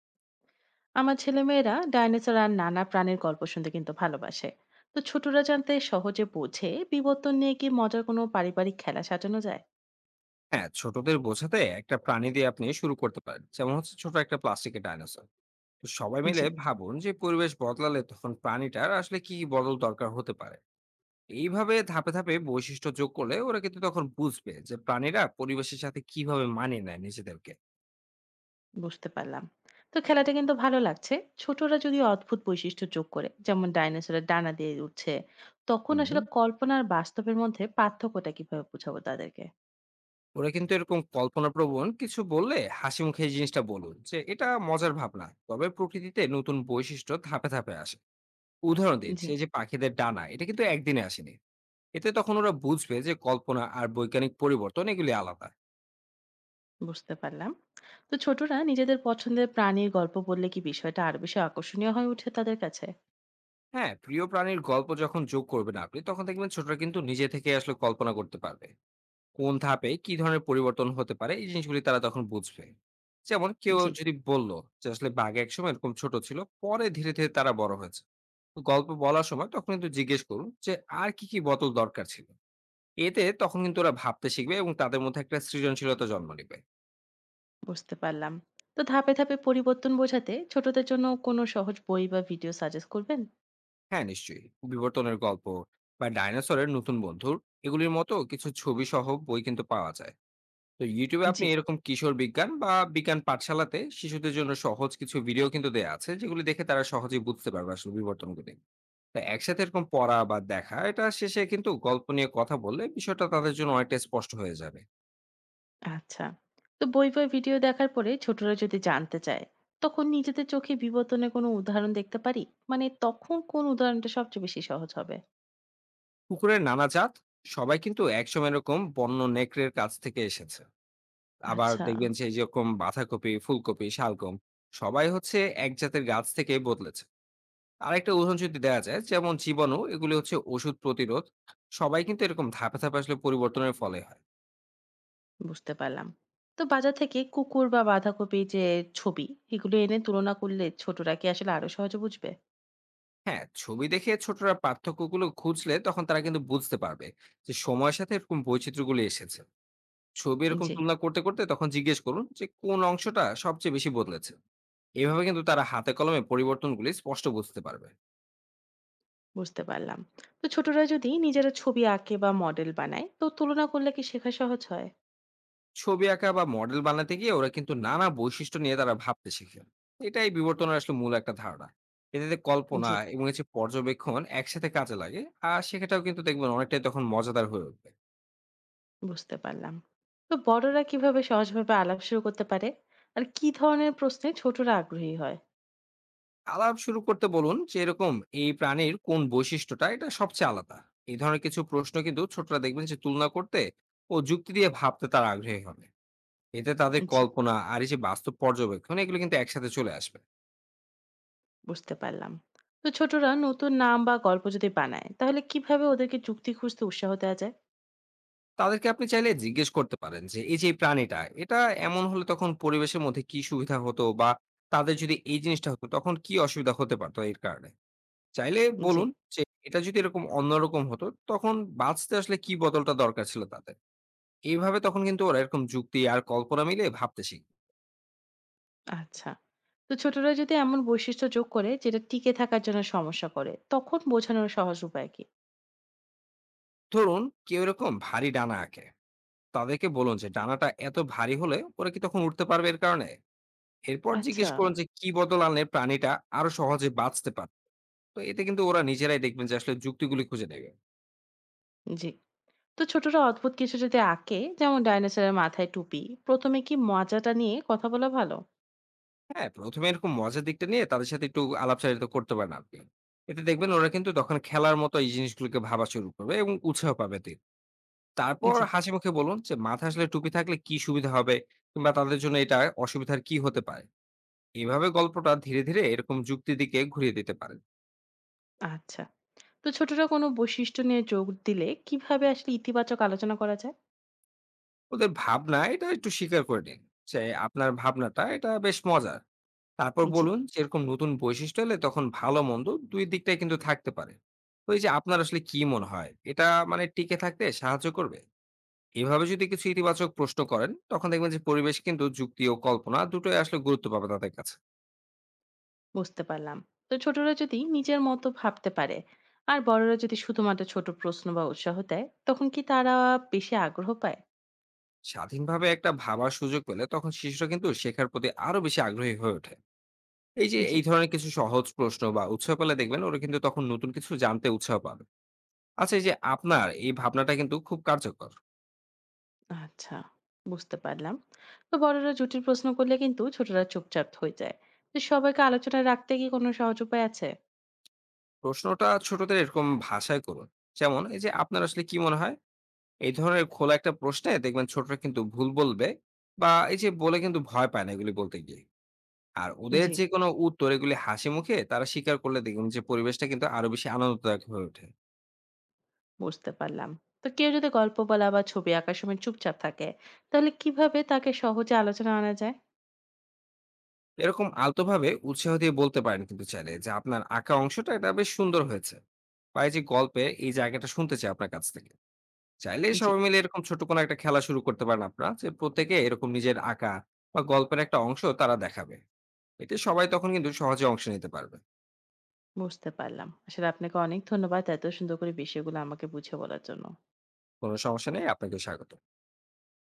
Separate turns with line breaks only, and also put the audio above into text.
আমার ছেলেমেয়েরা ডাইনোসর আর নানা প্রাণীর গল্প শুনতে কিন্তু ভালোবাসে। তো ছোটরা জানতে সহজে বোঝে বিবর্তন নিয়ে কি মজার কোনো পারিবারিক খেলা সাজানো যায়?
হ্যাঁ, ছোটদের বোঝাতে একটা প্রাণী দিয়ে আপনি শুরু করতে পারেন। যেমন হচ্ছে ছোট একটা প্লাস্টিকের ডাইনোসর। তো সবাই মিলে
জি,
ভাবুন যে পরিবেশ বদলালে তখন প্রাণীটার আসলে কি বদল দরকার হতে পারে। এইভাবে ধাপে বৈশিষ্ট্য যোগ করলে ওরা কিন্তু তখন বুঝবে যে প্রাণীরা পরিবেশের সাথে কিভাবে মানিয়ে নেয় নিজেদেরকে।
বুঝতে পারলাম। তো খেলাটা কিন্তু ভালো লাগছে। ছোটরা যদি অদ্ভুত বৈশিষ্ট্য যোগ করে, যেমন ডাইনোসরের ডানা দিয়ে উঠছে, তখন আসলে
হুম।
কল্পনা আর বাস্তবের মধ্যে পার্থক্যটা কিভাবে বোঝাবো তাদেরকে?
ওরা কিন্তু এরকম কল্পনাপ্রবণ কিছু বললে হাসি মুখে এই জিনিসটা বলুন যে এটা মজার ভাবনা। তবে প্রকৃতিতে নতুন বৈশিষ্ট্য ধাপে আসে। উদাহরণ দিন
জি,
যে এই যে পাখিদের ডানা এটা কিন্তু একদিনে আসেনি। এতে তখন ওরা বুঝবে যে কল্পনা আর বৈজ্ঞানিক পরিবর্তন এগুলি আলাদা।
বুঝতে পারলাম। তো ছোটরা নিজেদের পছন্দের প্রাণীর গল্প বললে কি বিষয়টা আরো বেশি আকর্ষণীয় হয়ে ওঠে তাদের কাছে?
হ্যাঁ, প্রিয় প্রাণীর গল্প যখন যোগ করবেন আপনি, তখন দেখবেন ছোটরা কিন্তু নিজে থেকে আসলে কল্পনা করতে পারবে। কোন ধাপে কি ধরনের পরিবর্তন হতে পারে এই জিনিসগুলি তারা তখন বুঝবে। যেমন কেউ
জি,
যদি বলল যে আসলে বাঘ একসময় এরকম ছোট ছিল, পরে ধীরে ধীরে তারা বড় হয়েছে। তো গল্প বলার সময় তখন কিন্তু জিজ্ঞেস করুন যে আর কি কি বদল দরকার ছিল। এতে তখন কিন্তু ওরা ভাবতে শিখবে এবং তাদের মধ্যে একটা সৃজনশীলতা জন্ম নেবে।
বুঝতে পারলাম। তো ধাপে ধাপে পরিবর্তন বোঝাতে ছোটদের জন্য কোনো সহজ বই বা ভিডিও সাজেস্ট করবেন?
হ্যাঁ, নিশ্চয়ই। বিবর্তনের গল্প বা ডাইনোসরের নতুন বন্ধুর এগুলির মতো কিছু ছবি সহ বই কিন্তু পাওয়া যায়। তো ইউটিউবে আপনি
জি,
এরকম কিশোর বিজ্ঞান বা বিজ্ঞান পাঠশালাতে শিশুদের জন্য সহজ কিছু ভিডিও কিন্তু দেয়া আছে, যেগুলি দেখে তারা সহজেই বুঝতে পারবে আসলে বিবর্তনগুলি। তো একসাথে এরকম পড়া বা দেখা এটা শেষে কিন্তু গল্প নিয়ে কথা বললে বিষয়টা তাদের জন্য অনেকটা স্পষ্ট হয়ে যাবে।
আচ্ছা। তো বই বা ভিডিও দেখার পরে ছোটরা যদি জানতে চায়, তখন নিজেদের চোখে বিবর্তনের কোনো উদাহরণ দেখতে পারি? মানে তখন কোন উদাহরণটা সবচেয়ে বেশি সহজ হবে?
কুকুরের নানা জাত সবাই কিন্তু একসময় এরকম বন্য নেকড়ের কাছ থেকে এসেছে। আবার
আচ্ছা,
দেখবেন যে যেরকম বাঁধাকপি, ফুলকপি, শালগম সবাই হচ্ছে এক জাতের গাছ থেকে বদলেছে। আরেকটা উদাহরণ যদি দেয়া যায়, যেমন জীবাণু এগুলি হচ্ছে ওষুধ প্রতিরোধ। সবাই কিন্তু এরকম ধাপে আসলে পরিবর্তনের ফলে হয়।
বুঝতে পারলাম। তো বাজার থেকে কুকুর বা বাঁধাকপি যে ছবি, এগুলো এনে তুলনা করলে ছোটরা কি আসলে আরো সহজে বুঝবে?
হ্যাঁ, ছবি দেখে ছোটরা পার্থক্যগুলো খুঁজলে তখন তারা কিন্তু বুঝতে পারবে যে সময়ের সাথে এরকম বৈচিত্র্যগুলি এসেছে। ছবি এরকম
জি,
তুলনা করতে তখন জিজ্ঞেস করুন যে কোন অংশটা সবচেয়ে বেশি বদলেছে। এভাবে কিন্তু তারা হাতে কলমে পরিবর্তনগুলি স্পষ্ট বুঝতে পারবে।
বুঝতে পারলাম। তো ছোটরা যদি নিজেরা ছবি আঁকে বা মডেল বানায়, তো তুলনা করলে কি শেখা সহজ হয়?
ছবি আঁকা বা মডেল বানাতে গিয়ে ওরা কিন্তু নানা বৈশিষ্ট্য নিয়ে তারা ভাবতে শিখে। এটাই বিবর্তনের আসলে মূল একটা ধারণা। এতে কল্পনা
জি,
এবং হচ্ছে পর্যবেক্ষণ একসাথে কাজে লাগে। আর সেটাও কিন্তু দেখবেন অনেকটাই তখন মজাদার হয়ে উঠবে।
বুঝতে পারলাম। তো বড়রা কিভাবে সহজভাবে আলাপ শুরু করতে পারে? আর কি ধরনের প্রশ্নে ছোটরা আগ্রহী হয়?
আলাপ শুরু করতে বলুন যে এরকম এই প্রাণীর কোন বৈশিষ্ট্যটা এটা সবচেয়ে আলাদা। এই ধরনের কিছু প্রশ্ন কিন্তু ছোটরা দেখবেন যে তুলনা করতে ও যুক্তি দিয়ে ভাবতে তারা আগ্রহী হবে। এতে তাদের
জি,
কল্পনা আর এই যে বাস্তব পর্যবেক্ষণ এগুলো কিন্তু একসাথে চলে আসবে।
বুঝতে পারলাম। তো ছোটরা নতুন নাম বা গল্প যদি বানায়, তাহলে কিভাবে ওদেরকে যুক্তি খুঁজতে উৎসাহ দেওয়া যায়?
তাদেরকে আপনি চাইলে জিজ্ঞেস করতে পারেন যে এই যে এই প্রাণীটা এটা এমন হলে তখন পরিবেশের মধ্যে কি সুবিধা হতো, বা তাদের যদি এই জিনিসটা হতো তখন কি অসুবিধা হতে পারতো এর কারণে। চাইলে
জি,
বলুন যে এটা যদি এরকম অন্যরকম হতো তখন বাঁচতে আসলে কি বদলটা দরকার ছিল তাদের। এইভাবে তখন কিন্তু ওরা এরকম যুক্তি আর কল্পনা মিলে ভাবতে শিখবে।
আচ্ছা। তো ছোটরা যদি এমন বৈশিষ্ট্য যোগ করে যেটা টিকে থাকার জন্য সমস্যা করে, তখন বোঝানোর সহজ উপায় কি?
ধরুন কেউ এরকম ভারী ডানা আঁকে। তাদেরকে বলুন যে ডানাটা এত ভারী হলে ওরা কি তখন উঠতে পারবে এর কারণে। এরপর
আচ্ছা,
জিজ্ঞেস করুন যে কি বদল আনলে প্রাণীটা আরো সহজে বাঁচতে পারত। তো এতে কিন্তু ওরা নিজেরাই দেখবেন যে আসলে যুক্তিগুলি খুঁজে নেবে।
জি। তো ছোটরা অদ্ভুত কিছু যদি আঁকে, যেমন ডাইনোসরের মাথায় টুপি, প্রথমে কি মজাটা নিয়ে কথা বলা ভালো?
হ্যাঁ, ১ম এ এরকম মজার দিকটা নিয়ে তাদের সাথে একটু আলাপচারিতা করতে পারেন আপনি। এতে দেখবেন ওরা কিন্তু তখন খেলার মতো এই জিনিসগুলোকে ভাবা শুরু করবে এবং উৎসাহ পাবে তে। তারপর
জি,
হাসি মুখে বলুন যে মাথায় আসলে টুপি থাকলে কি সুবিধা হবে, কিংবা তাদের জন্য এটা অসুবিধার কি হতে পারে। এভাবে গল্পটা ধীরে এরকম যুক্তির দিকে ঘুরিয়ে দিতে পারেন।
আচ্ছা। তো ছোটরা কোনো বৈশিষ্ট্য নিয়ে যোগ দিলে কিভাবে আসলে ইতিবাচক আলোচনা করা যায়?
ওদের ভাবনা এটা একটু স্বীকার করে নিন। যে আপনার ভাবনাটা এটা বেশ মজার। তারপর
জি,
বলুন যে এরকম নতুন বৈশিষ্ট্য এলে তখন ভালো মন্দ দুই দিকটাই কিন্তু থাকতে পারে। তো এই যে আপনার আসলে কি মনে হয় এটা মানে টিকে থাকতে সাহায্য করবে। এভাবে যদি কিছু ইতিবাচক প্রশ্ন করেন তখন দেখবেন যে পরিবেশ কিন্তু যুক্তি ও কল্পনা দুটোই আসলে গুরুত্ব পাবে তাদের কাছে।
বুঝতে পারলাম। তো ছোটরা যদি নিজের মতো ভাবতে পারে, আর বড়রা যদি শুধুমাত্র ছোট প্রশ্ন বা উৎসাহ দেয়, তখন কি তারা বেশি আগ্রহ পায়?
স্বাধীনভাবে একটা ভাবার সুযোগ পেলে তখন শিশুরা কিন্তু শেখার প্রতি আরো বেশি আগ্রহী হয়ে ওঠে। এই যে
জি,
এই ধরনের কিছু সহজ প্রশ্ন বা উৎসাহ পেলে দেখবেন ওরা কিন্তু তখন নতুন কিছু জানতে উৎসাহ পাবে। আচ্ছা, এই যে আপনার এই ভাবনাটা কিন্তু খুব কার্যকর।
আচ্ছা, বুঝতে পারলাম। তো বড়রা জটিল প্রশ্ন করলে কিন্তু ছোটরা চুপচাপ হয়ে যায়। তো সবাইকে আলোচনায় রাখতে কি কোনো সহজ উপায় আছে?
প্রশ্নটা ছোটদের এরকম ভাষায় করুন, যেমন এই যে আপনার আসলে কি মনে হয়। এই ধরনের খোলা একটা প্রশ্নে দেখবেন ছোটরা কিন্তু ভুল বলবে বা এই যে বলে কিন্তু ভয় পায় না এগুলি বলতে গিয়ে। আর ওদের
জি,
যে কোনো উত্তর এগুলি হাসি মুখে তারা স্বীকার করলে দেখবেন যে পরিবেশটা কিন্তু আরো বেশি আনন্দদায়ক হয়ে ওঠে।
বুঝতে পারলাম। তো কেউ যদি গল্প বলা বা ছবি আঁকার সময় চুপচাপ থাকে, তাহলে কিভাবে তাকে সহজে আলোচনায় আনা যায়?
এরকম আলতোভাবে উৎসাহ দিয়ে বলতে পারেন কিন্তু চাইলে যে আপনার আঁকা অংশটা এটা বেশ সুন্দর হয়েছে, বা এই যে গল্পে এই জায়গাটা শুনতে চাই আপনার কাছ থেকে। চাইলে
জি,
সবাই মিলে এরকম ছোট কোনো একটা খেলা শুরু করতে পারেন আপনারা, যে প্রত্যেকে এরকম নিজের আঁকা বা গল্পের একটা অংশ তারা দেখাবে। এতে সবাই তখন কিন্তু সহজে অংশ নিতে পারবে।
বুঝতে পারলাম। আসলে আপনাকে অনেক ধন্যবাদ এত সুন্দর করে বিষয়গুলো আমাকে বুঝিয়ে বলার জন্য।
কোনো সমস্যা নেই, আপনাকে স্বাগত।